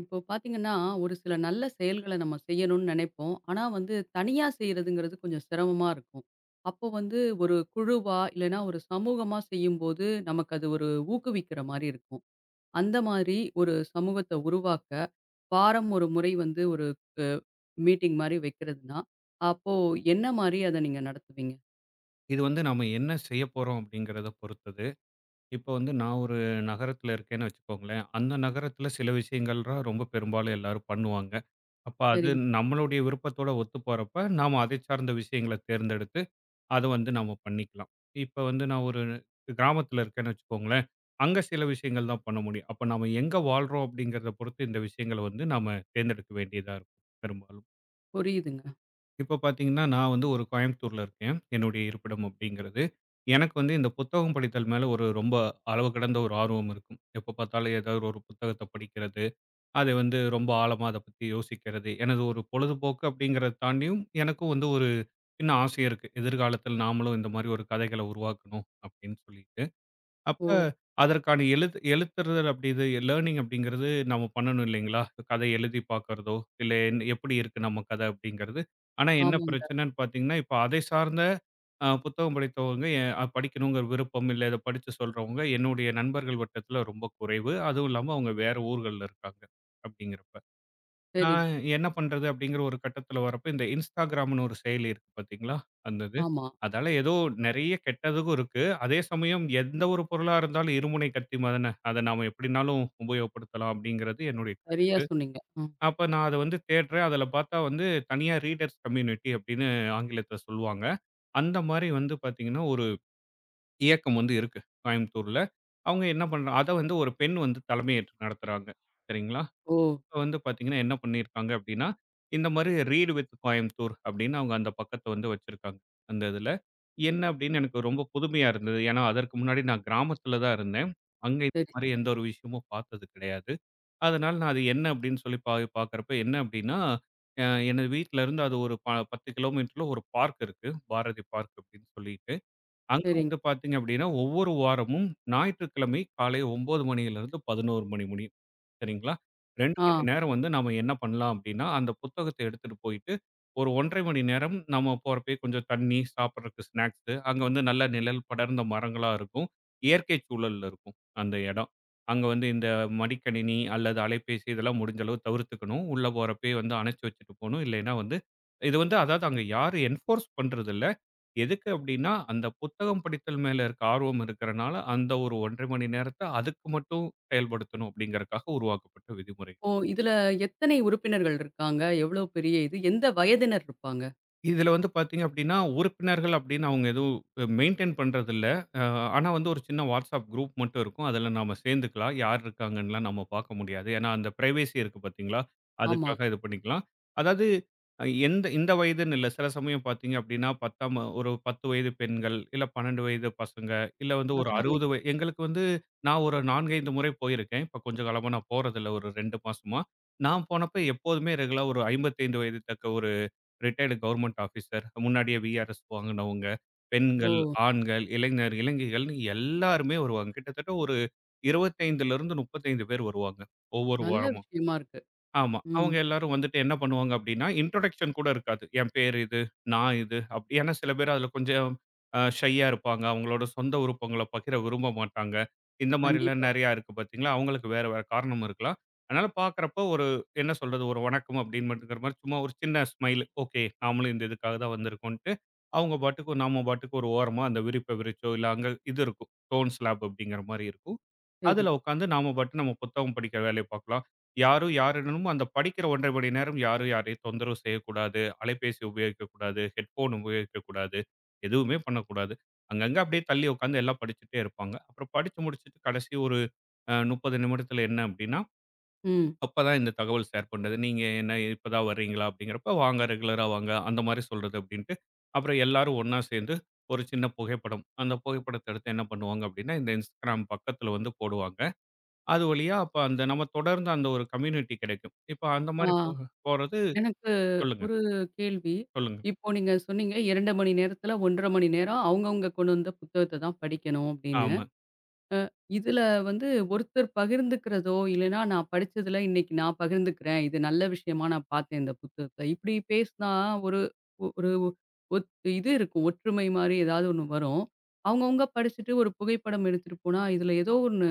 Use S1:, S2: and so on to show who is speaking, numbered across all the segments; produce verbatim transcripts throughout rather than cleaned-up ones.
S1: இப்போ பார்த்தீங்கன்னா, ஒரு சில நல்ல செயல்கள நம்ம செய்யணும்னு நெனைப்போம். ஆனா வந்து தனியா செய்றதுங்கிறது கொஞ்சம் சிரமமா இருக்கும். அப்போ வந்து ஒரு குழுவா, இல்லன்னா ஒரு சமூகமா செய்யும்போது, நமக்கு அது ஒரு ஊக்குவிக்கிற மாரி இருக்கும். அந்த மாதிரி ஒரு சமூகத்த உருவாக்க, வாரம் ஒரு முறை வந்து ஒரு அ மீட்டிங் மாரி வைக்கிறதுன்னா, அப்போ என்ன மாரி அத நீங்க நடத்துவீங்க?
S2: இது வந்து நம்ம என்ன செய்ய போறோம் அப்படிங்கிறத பொறுத்தது. இப்போ வந்து நான் ஒரு நகரத்துல இருக்கேன்னு வச்சுக்கோங்களேன். அந்த நகரத்துல சில விஷயங்கள்லாம் ரொம்ப பெரும்பாலும் எல்லாரும் பண்ணுவாங்க. அப்ப அது
S1: சரிங்க.
S2: நம்மளுடைய விருப்பத்தோட ஒத்து போறப்ப, நாம அதை சார்ந்த விஷயங்கள தேர்ந்தெடுத்து, அத வந்து நாம பண்ணிக்கலாம். இப்ப வந்து நான் ஒரு கிராமத்துல இருக்கேன்னு வச்சுக்கோங்களேன். அங்க சில விஷயங்கள் தான் பண்ண முடியும். அப்ப நாம எங்க வாழ்றோம் அப்படிங்கிறத பொறுத்து இந்த விஷயங்கள வந்து நாம தேர்ந்தெடுக்க வேண்டியதா இருக்கும் பெரும்பாலும்.
S1: புரியுதுங்க.
S2: இப்ப பார்த்தீங்கன்னா, நான் வந்து ஒரு கோயம்புத்தூர்ல இருக்கேன். என்னுடைய இருப்பிடம் அப்படிங்கிறது. எனக்கு வந்து இந்த புத்தகம் படித்தல் மேல ஒரு ரொம்ப அளவு கடந்த ஒரு ஆர்வம் இருக்கும். எப்ப பார்த்தாலும் ஏதாவது ஒரு புத்தகத்த படிக்கிறது, அது வந்து ரொம்ப ஆழமா அத பத்தி யோசிக்கிறது. எனது ஒரு பொழுதுபோக்கு அப்படிங்கிறத தாண்டியும், எனக்கும் வந்து ஒரு சின்ன ஆசை இருக்கு. எதிர்காலத்தில் நாமளும் இந்த மாரி ஒரு கதைகள உருவாக்கணும் அப்படின்னு சொல்லிட்டு. அப்ப
S1: ஓ!
S2: அதற்கான எழுத் எழுத்துறது அப்படிது லேர்னிங் அப்படிங்கிறது நம்ம பண்ணணும் இல்லைங்களா? கதை எழுதி பார்க்கிறதோ, இல்ல என் எப்படி இருக்கு நம்ம கதை அப்படிங்கிறது. ஆனா என்ன
S1: ஆமாங்க.
S2: பிரச்சனைன்னு பார்த்தீங்கன்னா, இப்ப அதை சார்ந்த அ புத்தகம் படித்தவங்க எ அஹ், படிக்கணுங்கிற விருப்பம் இல்ல, இத படிச்சு சொல்றவங்க என்னுடைய நண்பர்கள் வட்டத்தில ரொம்ப குறைவு. அதுவும் இல்லாம அவங்க வேற ஊர்கள்ல இருக்காங்க அப்படிங்கிறப்ப.
S1: சரிங்க.
S2: நான் என்ன பண்றது அப்படிங்கிற ஒரு கட்டத்துல வரப்ப, இந்த Instagramன்னு ஒரு செயலி இருக்கு பார்த்தீங்களா? அந்த இது.
S1: ஆமா.
S2: அதால ஏதோ நெறைய கெட்டதுக்கும் இருக்கு. அதே சமயம் எந்த ஒரு பொருளா இருந்தாலும் இருமுனை கத்தி மாதானே, அத நாம எப்படினாலும் உபயோகப்படுத்தலாம் அப்படிங்கிறது என்னுடைய
S1: சரியா
S2: கருத்து.
S1: சொன்னீங்க. ம்.
S2: அப்ப நான் அத வந்து தேடுறேன். அதுல பார்த்தா வந்து தனியா ரீடர்ஸ் கம்யூனிட்டி அப்படின்னு ஆங்கிலத்துல சொல்லுவாங்க. அந்த மாரி வந்து பார்த்தீங்கன்னா, ஒரு இயக்கம் வந்து இருக்கு கோயம்புத்தூர்ல. அவங்க என்ன பண்றா அத வந்து ஒரு பெண் வந்து தலைமையேற்று நடத்துறாங்க. சரிங்களா?
S1: ஓ!
S2: இப்ப வந்து பார்த்தீங்கன்னா, என்ன பண்ணியிருக்காங்க அப்படின்னா, இந்த மாரி ரீட் வித் கோயம்புத்தூர் அப்படின்னு அவங்க அந்த பக்கத்த வந்து வச்சிருக்காங்க, அந்த இதுல. என்ன அப்படின்னு எனக்கு ரொம்ப புதுமையா இருந்தது. ஏன்னா, அதற்கு முன்னாடி நான் கிராமத்துல தான் இருந்தேன். அங்க இந்த
S1: சரி,
S2: மாரி
S1: சரி.
S2: எந்த ஒரு விஷயமும் பார்த்தது கிடையாது. அதனால நான் அது என்ன அப்படின்னு சொல்லி பா பார்க்குறப்ப என்ன அப்படின்னா, அ எனது வீட்ல இருந்து அது ஒரு ப பத்து கிலோமீட்டர்ல ஒரு பார்க் இருக்கு. பாரதி பார்க் அப்படின்னு சொல்லி. அங்க
S1: சரிங்க.
S2: வந்து பார்த்தீங்க அப்படின்னா, ஒவ்வொரு வாரமும் ஞாயிற்றுக்கிழமை காலை ஒன்பது மணியிலிருந்து பதினொன்று மணி முடியும். சரிங்களா? ரெண்டு
S1: ஆ.
S2: மணி நேரம் வந்து நாம என்ன பண்ணலாம் அப்படின்னா, அந்த புத்தகத்த எடுத்துட்டு போயிட்டு, ஒரு ஒன்றரை 1/2 மணி நேரம் நம்ம போறப்பயே கொஞ்சம் தண்ணி, சாப்பிடுறதுக்கு ஸ்நாக்ஸு, அங்க வந்து நல்ல நிழல் படர்ந்த மரங்களா இருக்கும். இயற்கை சூழல்ல இருக்கும் அந்த இடம். அங்க வந்து இந்த மடிக்கணினி அல்லது அலைபேசி இதெல்லாம் முடிஞ்ச அளவு தவிர்த்துக்கணும். உள்ள போறப்பயே வந்து அணைச்சு வச்சுட்டு போணும். இல்லைன்னா வந்து இது வந்து அதாவது அங்க யாரும் என்ஃபோர்ஸ் பண்றதில்ல. எதுக்கு அப்டின்னா, அந்த புத்தகம் படித்தல் மேல இருக்க ஆர்வம் இருக்கிறனால, அந்த ஒரு ஒன்றரை 1/2 மணி நேரத்த அதுக்கு மட்டும் செயல்படுத்தணும் அப்டிங்கிறதுக்காக உருவாக்கப்பட்ட விதிமுறை.
S1: ஓ! இதுல எத்தனை உறுப்பினர்கள் இருக்காங்க? எவ்ளோ பெரிய இது? எந்த வயதினர் இருப்பாங்க?
S2: இதுல வந்து பார்த்தீங்க அப்டின்னா, உறுப்பினர்கள் அப்டின்னு அவங்க எதுவும் மெயின்டெயின் பண்றதில்ல. அ ஆனா வந்து ஒரு சின்ன WhatsApp குரூப் மட்டும் இருக்கும். அதுல நாம சேர்ந்துக்கலாம். யார் இருக்காங்கன்னுலாம் நம்ம பார்க்க முடியாது. ஏன்னா, அந்த பிரைவசி இருக்கு பார்த்தீங்களா?
S1: ஆமா.
S2: அதுக்காக இது பண்ணிக்கலாம். அதாவது அஹ், எந்த இந்த வயதுன்னு இல்ல. சில சமயம் பார்த்தீங்க அப்டின்னா, 10ஆம் ஒரு பத்து வயது பெண்கள், இல்ல பன்னிரண்டு வயது பசங்க, இல்ல வந்து ஒரு
S1: பரவாயில்லையே!
S2: அறுபது வய எங்களுக்கு வந்து நான் ஒரு நான்கு, ஐந்து முறை போயிருக்கேன். இப்ப கொஞ்ச காலமா நான் போறதில்ல ஒரு ரெண்டு மாசமா. நான் போனப்ப எப்போதுமே ரெகுலரா ஒரு ஐம்பத்தி ஐந்து வயது தக்க ரிட்டயர்டு கவர்மெண்ட் ஆஃபீசர், முன்னாடியே விஆர்எஸ் வாங்குனவங்க,
S1: ஓ!
S2: பெண்கள், ம், ஆண்கள், இளைஞர், இளைஞிகள்ன்னு எல்லாருமே வருவாங்க. கிட்டத்தட்ட ஒரு 25ல இருந்து முப்பத்தி ஐந்து பேர் வருவாங்க ஒவ்வொரு
S1: நல்ல
S2: வாரமும்.
S1: விஷயமா இருக்கு.
S2: ஆமா.
S1: ம்.
S2: அவங்க எல்லாரும் வந்துட்டு என்ன பண்ணுவாங்க அப்படின்னா, இன்ட்ரோடக்ஷன் கூட இருக்காது. என் பேர் இது, நான் இது அப் ஏன்னா சில பேர் அதில கொஞ்சம் அ ஷையா இருப்பாங்க. அவங்களோட சொந்த விருப்பங்கள பகிர விரும்ப மாட்டாங்க. இந்த மாரிலாம்
S1: கண்டிப்பா.
S2: நெறையா இருக்கு பார்த்தீங்களா? அவங்களுக்கு வேற வேற காரணமும் இருக்கலாம். அதனால பார்க்குறப்போ ஒரு என்ன சொல்றது? ஒரு வணக்கம் அப்படின்னு மட்டுங்கிற மாரி சும்மா ஒரு சின்ன ஸ்மைல். ஓகே. நாமளும் இந்த இதுக்காக தான் வந்திருக்கோன்ட்டு, அவங்க பாட்டுக்கு நாம பாட்டுக்கு ஒரு ஓரமா அந்த விரிப்பை விரிச்சோ, இல்ல அங்க இது இருக்கும். ஸ்டோன் ஸ்லாப் அப்படிங்கிற மாரி இருக்கும்.
S1: சரி.
S2: அதுல உட்காந்து நாம பாட்டு நம்ம புத்தகம் படிக்கிற வேலையை பார்க்கலாம். யாரும் யாரிடமும் அந்த படிக்கிற ஒன்றரை 1/2 மணி நேரம் யாரும் யாரையும் தொந்தரவு செய்யக்கூடாது. அலைபேசி உபயோகிக்கக்கூடாது. ஹெட்ஃபோன் உபயோகிக்கக்கூடாது. எதுவுமே பண்ணக்கூடாது. அங்கங்க அப்படியே தள்ளி உட்காந்து எல்லாம் படிச்சுட்டே இருப்பாங்க. அப்புறம் படிச்சு முடிச்சுட்டு கடைசி ஒரு அ முப்பது நிமிடத்துல என்ன அப்படின்னா,
S1: ம்.
S2: அப்பதான் இந்த தகவல் ஷேர் பண்றது. "நீங்க என்ன இப்பதான் வர்றீங்களா?" அப்படிங்கிறப்ப, "வாங்க ரெகுலரா வாங்க." அந்த மாரி சொல்றது அப்படின்ட்டு. அப்புறம் எல்லாரும் ஒண்ணா சேர்ந்து ஒரு சின்ன புகைப்படம். அந்த புகைப்படத்த எடுத்து என்ன பண்ணுவாங்க அப்படின்னா, இந்த Instagram பக்கத்துல வந்து போடுவாங்க. அது வழியா அப்ப அந்த நம்ம தொடர்ந்து அந்த ஒரு கம்யூனிட்டி கிடைக்கும். இப்ப அந்த
S1: ஆ,
S2: மாரி போ போறது
S1: எனக்கு
S2: சொல்லுங்க,
S1: ஒரு கேள்வி.
S2: சொல்லுங்க.
S1: இப்போ நீங்க சொன்னீங்க இரண்டு மணி நேரத்துல ஒன்றரை மணி நேரம் அவங்கவங்க கொண்டு வந்த புத்தகத்த தான் படிக்கணும் அப்படின்னு.
S2: ஆமா.
S1: இதுல வந்து ஒருத்தர் பகிர்ந்துக்கிறதோ, இல்லைன்னா நான் படிச்சதுல இன்னைக்கு நான் பகிர்ந்துக்கிறேன். இது நல்ல விஷயமா நான் பார்த்தேன் இந்த புத்தகத்த. இப்படி பேசினா ஒரு ஒ- ஒரு ஒத் இது இருக்கும். ஒற்றுமை மாரி ஏதாவது ஒண்ணு வரும். அவங்கவங்க படிச்சுட்டு ஒரு புகைப்படம் எடுத்துட்டு போனா, இதுல ஏதோ ஒண்ணு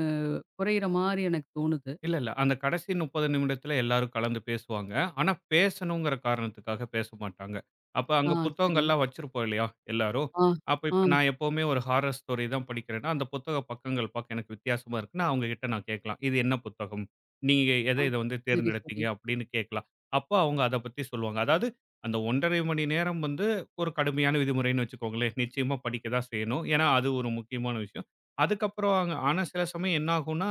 S1: குறையிற மாரி எனக்கு தோணுது.
S2: இல்ல, இல்ல. அந்த கடைசி முப்பது நிமிடத்துல எல்லாரும் கலந்து பேசுவாங்க. ஆனா, பேசணுங்கிற காரணத்துக்காக பேச மாட்டாங்க. அப்ப அங்க
S1: ஆ, சரி.
S2: புத்தகங்கள்லாம் வச்சிருப்போம் இல்லையா, எல்லாரும்.
S1: ஆ,
S2: அப்ப
S1: ஆ,
S2: இப்ப நான் எப்பவுமே ஒரு ஹாரர் ஸ்டோரி தான் படிக்கிறேன்னா, அந்த புத்தக பக்கங்கள் பார்க்க எனக்கு வித்தியாசமா இருக்குன்னா, அவங்ககிட்ட நான் கேட்கலாம். "இது என்ன புத்தகம்? நீங்க எத
S1: ஆ.
S2: இத வந்து
S1: சரி,
S2: தேர்ந்தெடுத்தீங்க?"
S1: சரி.
S2: அப்படின்னு கேட்கலாம். அப்ப அவங்க அத பத்தி சொல்லுவாங்க. அதாவது அந்த ஒன்றரை 1/2 மணி நேரம் வந்து ஒரு கடுமையான விதிமுறைன்னு வச்சுக்கோங்களேன். நிச்சயமா படிக்க தான் செய்யணும். ஏன்னா, அது ஒரு முக்கியமான விஷயம். அதுக்கப்புறம் அங்க ஆனா சில சமயம் என்ன ஆகும்னா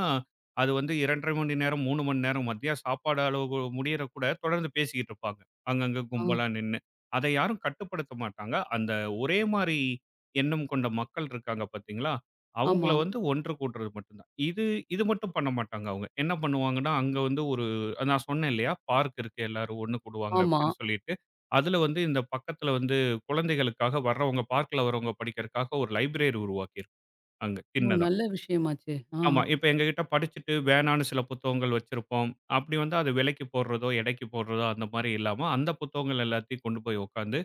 S2: அது வந்து இரண்டரை 1/2 மணி நேரம், மூணு மணி நேரம் மதியம் சாப்பாடு அளவு முடியற கூட தொடர்ந்து பேசிக்கிட்டு இருப்பாங்க. அங்கங்க
S1: ஆ,
S2: கும்பலா நின்னு. அதை யாரும் கட்டுப்படுத்த மாட்டாங்க. அந்த ஒரே மாரி எண்ணம் கொண்ட மக்கள் இருக்காங்க பார்த்தீங்களா? அவங்கள
S1: ஆமா,
S2: வந்து ஒன்று கூட்டுறது மட்டும் தான். இது இது மட்டும் பண்ண மாட்டாங்க அவங்க. என்ன பண்ணுவாங்கன்னா, அங்க வந்து ஒரு நான் சொன்னேன் இல்லையா? பார்க் இருக்கு எல்லாரும் ஒண்ணு கூடுவாங்க
S1: ஆமா.
S2: அப்படின்னு சொல்லிட்டு. அதுல வந்து இந்த பக்கத்துல வந்து குழந்தைகளுக்காக வர்றவங்க பார்க்ல வர்றவங்க படிக்கிறதுக்காக ஒரு லைப்ரரி உருவாக்கியிருக்கோம் அங்க
S1: ஓ!
S2: சின்னதா.
S1: நல்ல விஷயமாச்சே. ஆ.
S2: ஆமா. இப்ப எங்ககிட்ட படிச்சுட்டு வேணான்னு சில புத்தகங்கள் வச்சிருப்போம். அப்படி வந்து அது விலைக்கு போடுறதோ, எடைக்கு போடுறதோ அந்த மாரி இல்லாம, அந்த புத்தகங்கள் எல்லாத்தையும் கொண்டு போய் உட்காந்து,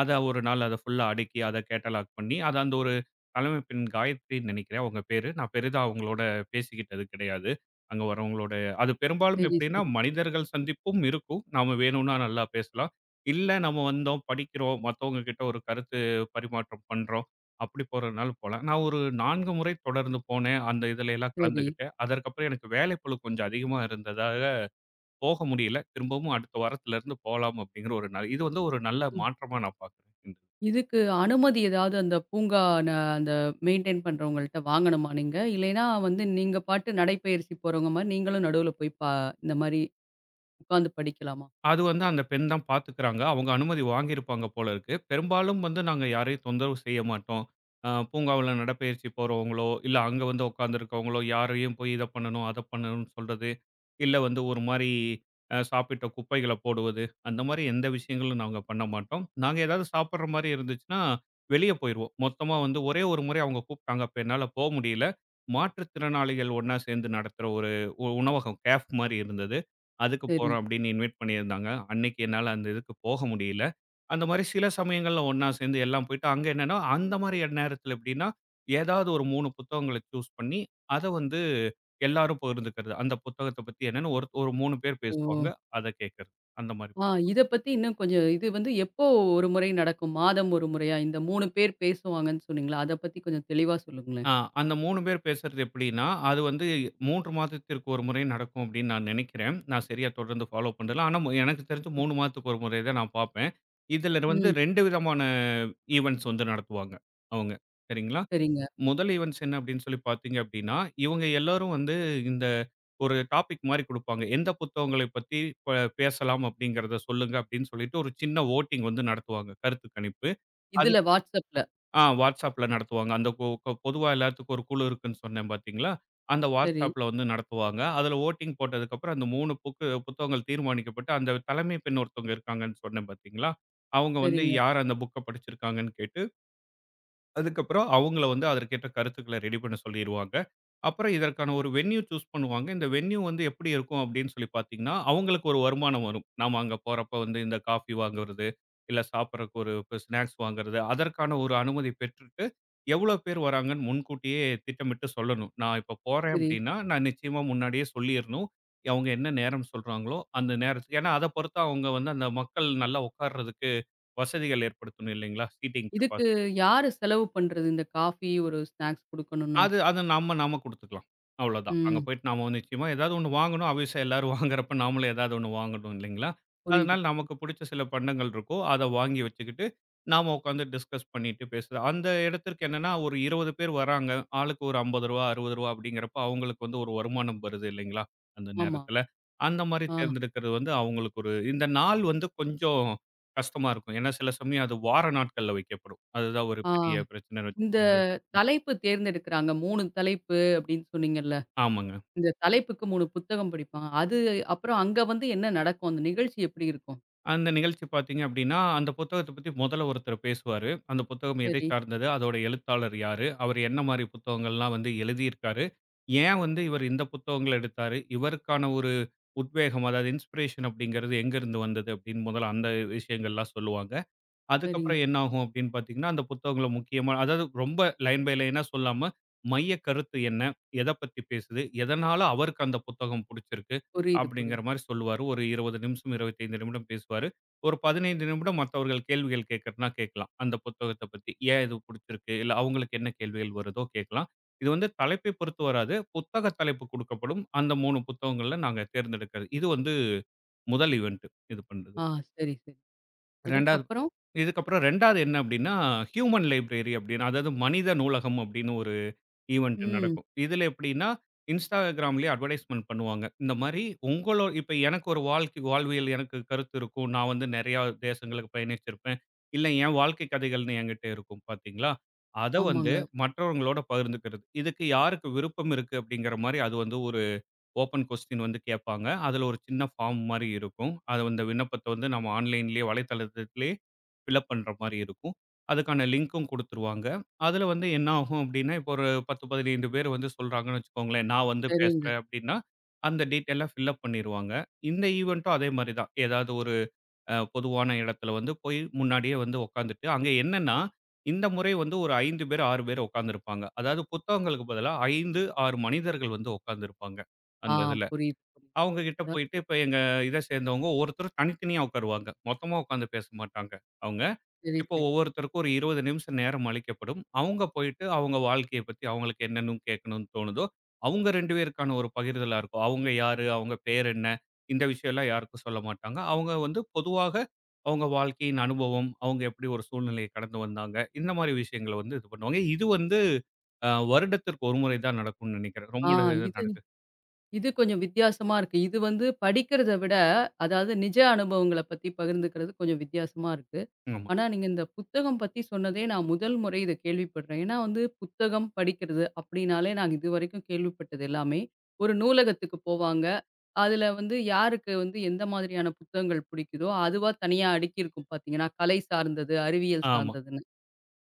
S2: அத ஒரு நாள் அத ஃபுல்லா அடுக்கி, அத கேட்டலாக் பண்ணி, அத அந்த ஒரு தலைமை பெண் காயத்ரின்னு நெனைக்கிறேன் அவங்க பேரு. நான் பெரிதா அவங்களோட பேசிக்கிட்டது கிடையாது. அங்க வரவங்களோட அது பெரும்பாலும்
S1: சரி,
S2: எப்படின்னா,
S1: சரி,
S2: மனிதர்கள் சந்திப்பும் இருக்கும். நாம வேணும்னா நல்லா பேசலாம். இல்ல நம்ம வந்தோம், படிக்கிறோம், மத்தவங்க கிட்ட ஒரு கருத்து பரிமாற்றம் பண்றோம். அப்படி போறதுனாலும் போலாம். நான் ஒரு நான்கு முறை தொடர்ந்து போனேன். அந்த இதுல எல்லாம்
S1: சரி.
S2: கலந்துக்கிட்டேன். அதற்கப்புறம் எனக்கு வேலைப்பளு கொஞ்சம் அதிகமா இருந்ததால போக முடியல. திரும்பவும் அடுத்த வாரத்திலருந்து போலாம் அப்படிங்கிற ஒரு நல் இது வந்து ஒரு நல்ல மாற்றமா நான் பார்க்குறேன்.
S1: இதுக்கு அனுமதி ஏதாவது அந்த பூங்கா ந அந்த மெயின்டெயின் பண்றவங்கள்ட்ட வாங்கணுமா நீங்க? இல்லைன்னா வந்து நீங்க பாட்டு நடைப்பயிற்சி போறவங்க மாரி நீங்களும் நடுவுல போய் பா இந்த மாரி உட்காந்து படிக்கலாமா?
S2: அது வந்து அந்த பெண் தான் பார்த்துக்கிறாங்க. அவங்க அனுமதி வாங்கியிருப்பாங்க போல இருக்கு. பெரும்பாலும் வந்து நாங்க யாரையும் தொந்தரவு செய்ய மாட்டோம். அ பூங்காவுல நடைப்பயிற்சி போறவங்களோ, இல்ல அங்க வந்து உட்காந்துருக்கவங்களோ, யாரையும் போய் இத பண்ணணும், அத பண்ணணும்னு சொல்றது, இல்ல வந்து ஒரு மாரி அ சாப்பிட்ட குப்பைகள போடுவது, அந்த மாரி எந்த விஷயங்களும் நாங்க பண்ண மாட்டோம். நாங்க ஏதாவது சாப்பிடுற மாரி இருந்துச்சுன்னா, வெளிய போயிருவோம். மொத்தமா வந்து ஒரே ஒரு முறை அவங்க கூப்பிட்டாங்க. அப்ப என்னால போ முடியல. மாற்றுத்திறனாளிகள் ஒண்ணா சேர்ந்து நடத்துற ஒரு உ- உணவகம், கேஃப் மாரி இருந்தது. அதுக்கு
S1: சரி.
S2: போறோம் அப்படின்னு இன்வைட் பண்ணியிருந்தாங்க. அன்னைக்கு என்னால அந்த இதுக்கு போக முடியல. அந்த மாரி சில சமயங்கள்ல ஒண்ணா சேர்ந்து எல்லாம் போயிட்டு, அங்க என்னன்னா, அந்த மாரி நேரத்துல எப்படின்னா, ஏதாவது ஒரு மூணு புத்தகங்கள சூஸ் பண்ணி, அத வந்து எல்லாரும் பகிர்ந்துக்கிறது. அந்த புத்தகத்த பத்தி என்னன்னு ஒரு ஒரு மூணு பேர்
S1: ஓ!
S2: பேசுவாங்க. அத கேட்கறது. அந்த மாரி.
S1: ஆ, இத பத்தி இன்னும் கொஞ்சம் இது வந்து எப்போ ஒரு முறை நடக்கும்? மாதம் ஒரு முறையா? இந்த மூன்று பேர் பேசுவாங்கன்னு சொன்னீங்களா? அத பத்தி கொஞ்சம் தெளிவா சொல்லுங்களேன்.
S2: ஆ, அந்த மூன்று பேர் பேசுறது எப்படின்னா, அது வந்து மூன்று மாதத்திற்கு ஒரு முறை நடக்கும் அப்படின்னு நான் நினைக்கிறேன். நான் சரியா தொடர்ந்து ஃபாலோ பண்ணல. ஆனா, மு எனக்கு தெரிஞ்சு மூணு மாதத்துக்கு ஒரு முறை தான் நான் பார்ப்பேன். இதில வந்து
S1: ம்.
S2: ரெண்டு விதமான ஈவென்ட்ஸ் வந்து நடத்துவாங்க அவங்க. சரிங்களா?
S1: சரிங்க.
S2: முதல் ஈவென்ட்ஸ் என்ன அப்படின்னு சொல்லி பார்த்தீங்க அப்படின்னா, இவங்க எல்லாரும் வந்து இந்த ஒரு டாபிக் மாரி குடுப்பாங்க. எந்த புத்தகங்களை பத்தி ப பேசலாம் அப்படிங்கிறத சொல்லுங்க அப்படின்னு சொல்லிட்டு ஒரு சின்ன வோட்டிங் வந்து நடத்துவாங்க. கருத்து கணிப்பு.
S1: இதுல WhatsAppல.
S2: ஆ WhatsAppல நடத்துவாங்க. அந்த பொ பொ பொதுவா எல்லாத்துக்கும் ஒரு குழு இருக்குன்னு சொன்னேன் பார்த்தீங்களா? அந்த
S1: சரி,
S2: WhatsAppல வந்து நடத்துவாங்க. அதில வோட்டிங் போட்டதுக்கப்புறம் அந்த மூணு புக்கு புத்தகங்கள் தீர்மானிக்கப்பட்டு, அந்த தலைமை பெண் ஒருத்தவங்க இருக்காங்கன்னு சொன்னேன் பார்த்தீங்களா? அவங்க வந்து
S1: சரிங்க.
S2: யார் அந்த புக்க படிச்சிருக்காங்கன்னு கேட்டு அதுக்கப்புறம் அவங்கள வந்து அதற்கேற்ற கருத்துக்கள ரெடி பண்ண சொல்லிருவாங்க. அப்புறம் இதற்கான ஒரு வென்யூ சூஸ் பண்ணுவாங்க. இந்த வென்யூ வந்து எப்படி இருக்கும் அப்படின்னு சொல்லி பார்த்தீங்கன்னா, அவங்களுக்கு ஒரு வருமானம் வரும். நாம அங்க போறப்ப வந்து இந்த காஃபி வாங்குறது, இல்ல சாப்பிடறக்கு ஒரு இப்ப ஸ்நாக்ஸ் வாங்குறது, அதற்கான ஒரு அனுமதி பெற்றுட்டு, எவ்வளோ பேர் வராங்கன்னு முன்கூட்டியே திட்டமிட்டு சொல்லணும். நான் இப்ப போறேன்
S1: சரி.
S2: அப்படின்னா, நான் நிச்சயமா முன்னாடியே சொல்லிறணும். அவங்க என்ன நேரம் சொல்றாங்களோ, அந்த நேரத்துக்கு ஏன்னா, அத பொறுத்து அவங்க வந்து அந்த மக்கள் நல்லா உட்கார்றதுக்கு வசதிகள் ஏற்படுத்தணும் இல்லைங்களா? சீட்டிங்
S1: இதுக்கு யாரு செலவு பண்றது? இந்த காஃபி ஒரு ஸ்நாக்ஸ் குடுக்கணும்னா?
S2: அது அது நம்ம நாம குடுத்துக்கலாம். அவ்வளோதான். அங்க
S1: ம்.
S2: போயிட்டு நாம வந்து நிச்சயமா ஏதாவது ஒண்ணு வாங்கணும். ஆபீஸா எல்லாரும் வாங்குறப்ப நாமளும் ஏதாவது ஒண்ணு வாங்கணும் இல்லைங்களா?
S1: புரியுது.
S2: அதனால நமக்கு
S1: புரியுது.
S2: பிடிச்ச சில பண்டங்கள் இருக்கும். அத வாங்கி வச்சுக்கிட்டு, நாம உட்காந்து டிஸ்கஸ் பண்ணிட்டு பேசுறது. அந்த இடத்திற்கு என்னன்னா, ஒரு இருபது பேர் வராங்க. ஆளுக்கு ஒரு ரூ. ஐம்பது ரூ. அறுபது அப்படிங்கிறப்ப அவங்களுக்கு வந்து ஒரு வருமானம் வருது இல்லைங்களா? அந்த
S1: ஆமா.
S2: நேரத்தில. அந்த மாரி
S1: ஆ.
S2: தேர்ந்தெடுக்கிறது வந்து அவங்களுக்கு ஒரு இந்த நாள் வந்து கொஞ்சம் கஷ்டமா இருக்கும். ஏன்னா சில சமயம் அது வார நாட்கள்ல வைக்கப்படும். அதுதான் ஒரு
S1: ஆ.
S2: பெரிய பிரச்சனைன்னு
S1: இந்த
S2: வச்சுக்கோங்களேன்.
S1: தலைப்பு தேர்ந்தெடுக்கிறாங்க. மூன்று தலைப்பு அப்படின்னு சொன்னீங்கல்ல.
S2: ஆமாங்க.
S1: இந்த தலைப்புக்கு மூன்று புத்தகம் படிப்பாங்க. அது அப்புறம் அங்க வந்து என்ன நடக்கும்? அந்த நிகழ்ச்சி எப்படி இருக்கும்?
S2: அந்த நிகழ்ச்சி பார்த்தீங்க அப்படின்னா, அந்த புத்தகத்த பத்தி முதல்ல ஒருத்தர் பேசுவாரு. அந்த புத்தகம் எதை
S1: சரி,
S2: சார்ந்தது? அதோட எழுத்தாளர் யாரு? அவரு என்ன மாரி புத்தகங்கள்லாம் வந்து எழுதியிருக்காரு? ஏன் வந்து இவர் இந்த புத்தகங்கள எடுத்தாரு? இவருக்கான ஒரு உத்வேகம் அதாவது இன்ஸ்பிரேஷன் அப்படிங்கிறது எங்கேருந்து வந்தது? அப்படின்னு முதல்ல அந்த விஷயங்கள்லாம் சொல்லுவாங்க.
S1: சரிங்க.
S2: அதுக்கப்புறம் என்ன ஆகும் அப்படின்னு பார்த்தீங்கன்னா, அந்த புத்தகங்கள முக்கியமா அதாவது ரொம்ப லைன் பை லைனா சொல்லாம, மைய கருத்து என்ன? எத பத்தி பேசுது? எதனால அவருக்கு அந்த புத்தகம் புடிச்சிருக்கு?
S1: புரியுது,
S2: அப்படிங்கிற
S1: புரியுது.
S2: மாரி சொல்லுவாரு. ஒரு இருபது நிமிஷம், இருபத்தி ஐந்து நிமிடம் பேசுவாரு. ஒரு பதினைந்து நிமிடம் மத்தவர்கள் கேள்விகள் கேட்கறதுனா கேட்கலாம். அந்த புத்தகத்த பத்தி. ஏன் இது புடிச்சிருக்கு? இல்ல அவங்களுக்கு என்ன கேள்விகள் வருதோ கேட்கலாம். இது வந்து தலைப்பை பொறுத்து வராது. புத்தக தலைப்பு குடுக்கப்படும். அந்த மூணு புத்தகங்கள்ல நாங்க தேர்ந்தெடுக்கிறது. இது வந்து முதல் ஈவன்ட் இது பண்றது.
S1: ஆ, சரி, சரி.
S2: 2வது
S1: அதற்கப்புறம்?
S2: இதுக்கப்புறம் 2வது என்ன அப்டின்னா, ஹியூமன் லைப்ரரி அப்டின்னு அதாவது மனித நூலகம் அப்டின்னு ஒரு ஈவென்ட்
S1: ம்.
S2: நடக்கும். இதுல எப்டின்னா, Instagramலயே அட்வர்டைஸ்மென்ட் பண்ணுவாங்க. இந்த மாரி உங்களோ இப்ப எனக்கு ஒரு வாழ்க்கை வாழ்வியல் எனக்கு கருத்து இருக்கும். நான் வந்து நெறையா தேசங்களுக்கு பயணிச்சிருப்பேன். இல்ல என் வாழ்க்கை கதைகள்னு என்கிட்ட இருக்கும் பார்த்தீங்களா? அத வந்து
S1: ஆமாங்க.
S2: மற்றவங்களோட பகிர்ந்துக்கிறது. இதுக்கு யாருக்கு விருப்பம் இருக்கு அப்டிங்கிற மாரி அது வந்து ஒரு ஓப்பன் கொஸ்டின் வந்து கேட்பாங்க. அதுல ஒரு சின்ன ஃபார்ம் மாரி இருக்கும். அத அந்த விண்ணப்பத்த வந்து நம்ம ஆன்லைன்லயே வலைத்தளத்திலே ஃபில்அப் பண்ற மாரி இருக்கும். அதுக்கான லிங்க்கும் குடுத்துருவாங்க. அதுல வந்து என்ன ஆகும் அப்டின்னா, இப்போ ஒரு பத்து, பதினைந்து பேர் வந்து சொல்றாங்கன்னு வச்சுக்கோங்களேன். நான் வந்து
S1: சரிங்க.
S2: பேசுறேன் அப்டின்னா, அந்த டீட்டெயில்லாம் ஃபில்அப் பண்ணிருவாங்க. இந்த ஈவென்ட்டும் அதே மாரி தான். ஏதாவது ஒரு அ பொதுவான இடத்துல வந்து போய் முன்னாடியே வந்து உட்காந்துட்டு, அங்க என்னன்னா, இந்த முறை வந்து ஒரு ஐந்து பேர், ஆறு பேர் உட்கார்ந்திருப்பாங்க. அதாவது புத்தகங்களுக்கு பதிலா ஐந்து, ஆறு மனிதர்கள் வந்து உட்கார்ந்திருப்பாங்க.
S1: ஆ,
S2: அந்த இதுல.
S1: புரியுது, புரியுது.
S2: அவங்க கிட்ட
S1: அ
S2: போயிட்டு இப்ப எங்க இத சேர்ந்தவங்க ஒருத்தர் தனித்தனியா உட்காருவாங்க. மொத்தமா உட்கார்ந்து பேச மாட்டாங்க அவங்க.
S1: சரி,
S2: இப்போ
S1: சரி.
S2: ஒவ்வொருத்தருக்கும் ஒரு இருபது நிமிஷம் நேரம் அளிக்கப்படும். அவங்க போயிட்டு அவங்க வாழ்க்கைய பத்தி அவங்களுக்கு என்னன்னு கேட்கணும்னு தோணுதோ, அவங்க ரெண்டு பேருக்கான ஒரு பகிர்தலா இருக்கும். அவங்க யாரு? அவங்க பேர் என்ன? இந்த விஷயம்லாம் யாருக்கும் சொல்ல மாட்டாங்க. அவங்க வந்து பொதுவாக அவங்க வாழ்க்கையின் அனுபவம், அவங்க எப்படி ஒரு சூழ்நிலையை கடந்து வந்தாங்க. இந்த மாரி விஷயங்கள வந்து இது பண்ணுவாங்க. இது வந்து அ வருடத்திற்கு ஒரு முறை தான் நடக்கும்னு நெனைக்கிறேன். ரொம்ப
S1: ஆ,
S2: நட-
S1: இது
S2: நடக்கு.
S1: இது கொஞ்சம் வித்தியாசமா இருக்கு. இது வந்து படிக்கிறத விட, அதாவது நிஜ அனுபவங்கள பத்தி பகிர்ந்துக்கிறது கொஞ்சம் வித்தியாசமா இருக்கு.
S2: ஆமா,
S1: ஆனா, நீங்க இந்த புத்தகம் பத்தி சொன்னதே நான் முதல் முறை இத கேள்விப்படுறேன். ஏன்னா வந்து புத்தகம் படிக்கிறது அப்படின்னாலே நான் இதுவரைக்கும் கேள்விப்பட்டது எல்லாமே, ஒரு நூலகத்துக்கு போவாங்க. அதுல வந்து யாருக்கு வந்து எந்த மாதிரியான புத்தகங்கள் பிடிக்குதோ, அதுவா தனியா அடுக்கியிருக்கும் பார்த்தீங்கன்னா, கலை சார்ந்தது, அறிவியல்
S2: ஆமா.
S1: சார்ந்ததுன்னு.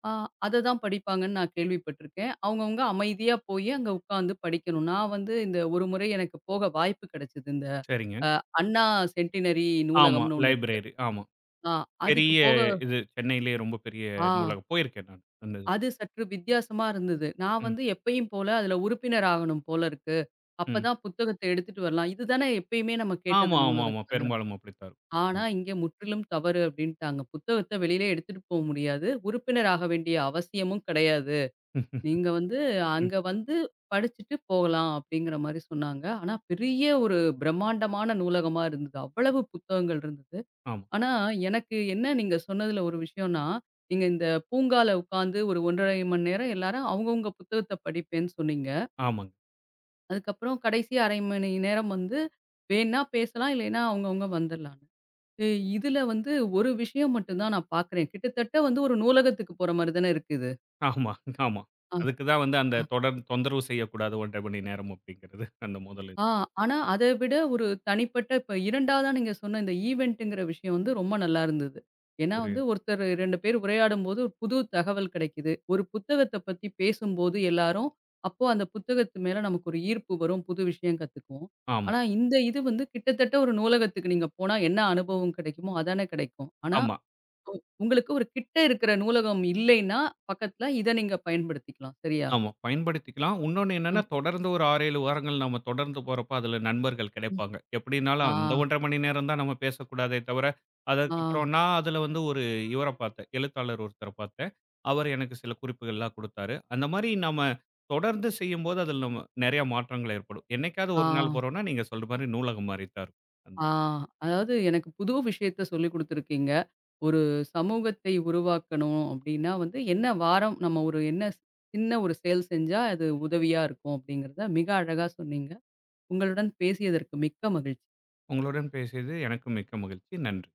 S1: ஆ, அததான் படிப்பாங்கன்னு நான் கேள்விப்பட்டுருக்கேன். அவங்கவங்க அமைதியா போயி அங்க உட்காந்து படிக்கணும். நான் வந்து இந்த ஒரு முறை எனக்கு போக வாய்ப்பு கிடைச்சது. இந்த
S2: சரிங்க.
S1: அ அண்ணா சென்டினரி
S2: ஆமா.
S1: நூலகம்னு ஒண்ணு இருக்கு.
S2: லைப்ரரி. ஆமா.
S1: ஆ அதுக்கு
S2: பெரிய
S1: போக
S2: இது சென்னையிலேயே ரொம்ப பெரிய
S1: ஆ,
S2: நூலகம். போயிருக்கேன் நான் அந்த இதுக்கு.
S1: அது சற்று வித்தியாசமா இருந்தது. நான்
S2: ம்.
S1: வந்து எப்பயும் போல அதுல உறுப்பினர் ஆகணும் போல இருக்கு.
S2: ம்.
S1: அப்பதான் புத்தகத்த எடுத்துட்டு வரலாம். இதுதானே எப்பயுமே நம்ம கேட்டது
S2: ஆமா, ஆமா, ஆமா.
S1: நூலகத்துல.
S2: பெரும்பாலும் அப்படித்தான்
S1: ஆனா
S2: இருக்கும்.
S1: இங்க முற்றிலும் தவறு அப்டின்ட்டாங்க. புத்தகத்த வெளியில எடுத்துட்டு போ முடியாது. உறுப்பினர் ஆக வேண்டிய அவசியமும் கிடையாது.
S2: ம்.
S1: நீங்க வந்து
S2: ம்.
S1: அங்க வந்து படிச்சுட்டு போகலாம் அப்படிங்கிற மாரி சொன்னாங்க. ஆனா பெரிய ஒரு பிரம்மாண்டமான நூலகமா இருந்தது. அவ்வளவு புத்தகங்கள் இருந்தது.
S2: ஆமா,
S1: ஆனா எனக்கு என்ன நீங்க சொன்னதுல ஒரு விஷயம்னா, நீங்க இந்த பூங்கால உட்காந்து ஒரு ஒன்றரை மணி நேரம் எல்லாரும் அவங்கவங்க புத்தகத்த படிப்பேன்னு சொன்னீங்க.
S2: ஆமாங்க.
S1: அதுக்கப்புறம் கடைசி அரை மணி நேரம் வந்து வேணா பேசலாம், இல்லைன்னா அவங்கவங்க வந்துரலான்னு. இ இதுல வந்து ஒரு விஷயம் மட்டும் தான் நான் பார்க்குறேன். கிட்டத்தட்ட வந்து ஒரு நூலகத்துக்கு போற மாரி தானே இருக்கு இது.
S2: ஆமா, ஆமா.
S1: ஆ.
S2: அதுக்கு தான் வந்து அந்த தொடர் தொந்தரவு செய்யக்கூடாது ஒன்றரை 1/2 மணி நேரம் அப்படிங்கிறது அந்த முதல் இது.
S1: ஆ, ஆனா அத விட ஒரு தனிப்பட்ட இப்ப இரண்டாவதா நீங்க சொன்ன இந்த ஈவென்ட்ங்கிற விஷயம் வந்து ரொம்ப நல்லா இருந்தது. ஏன்னா வந்து
S2: புரியுது.
S1: ஒருத்தர் இரண்டு பேர் உரையாடும்போது ஒரு புது தகவல் கிடைக்குது. ஒரு புத்தகத்த பத்தி பேசும்போது எல்லாரும், அப்போ அந்த புத்தகத்து மேல நமக்கு ஒரு ஈர்ப்பு வரும். புது விஷயம் கத்துக்குவோம்.
S2: ஆமா,
S1: ஆனா இந்த இது வந்து கிட்டத்தட்ட ஒரு நூலகத்துக்கு நீங்க போனா என்ன அனுபவம் கிடைக்குமோ அதானே கிடைக்கும். ஆனா
S2: ஆமா.
S1: உங்களுக்கு ஒரு கிட்ட இருக்கிற நூலகம் இல்லைன்னா, பக்கத்துல இத நீங்க பயன்படுத்திக்கலாம். சரியா?
S2: ஆமா. பயன்படுத்திக்கலாம். உன்னொன்னு
S1: அ.
S2: என்னன்னா, தொடர்ந்து ஒரு ஆறு, ஏழு வாரங்கள் நாம தொடர்ந்து போறப்ப, அதுல நண்பர்கள்
S1: ம்.
S2: கிடைப்பாங்க. எப்படின்னாலும்
S1: ஆ,
S2: அந்த ஒன்றரை 1/2 மணி நேரம் தான் நம்ம பேசக்கூடாதே தவிர,
S1: ஆ,
S2: அதுக்கப்புறம் நான் அதுல வந்து ஒரு இவர பார்த்தேன். எழுத்தாளர் ஒருத்தர பார்த்தேன். அவர் எனக்கு சில குறிப்புகள்லாம் குடுத்தாரு. அந்த மாரி நம்ம தொடர்ந்து செய்யும்போது, அதுல நம்ம நெறைய மாற்றங்கள் ஏற்படும். என்னைக்காவது
S1: ஆ.
S2: ஒரு நாள் போறோம்னா, நீங்க சொல்ற மாரி நூலகம் மாரி தான் இருக்கும். அந்த
S1: ஆ, அதாவது எனக்கு புது விஷயத்த சொல்லிக் குடுத்துருக்கீங்க. ஒரு சமூகத்தை உருவாக்கணும் அப்டின்னா வந்து, என்ன வாரம் நம்ம ஒரு என்ன ஸ்- சின்ன ஒரு செயல் செஞ்சா அது உதவியா இருக்கும் அப்டிங்கிறத மிக அழகா சொன்னீங்க. உங்களுடன் பேசியதற்கு மிக்க மகிழ்ச்சி.
S2: உங்களுடன் பேசியது எனக்கு மிக்க மகிழ்ச்சி. நன்றி.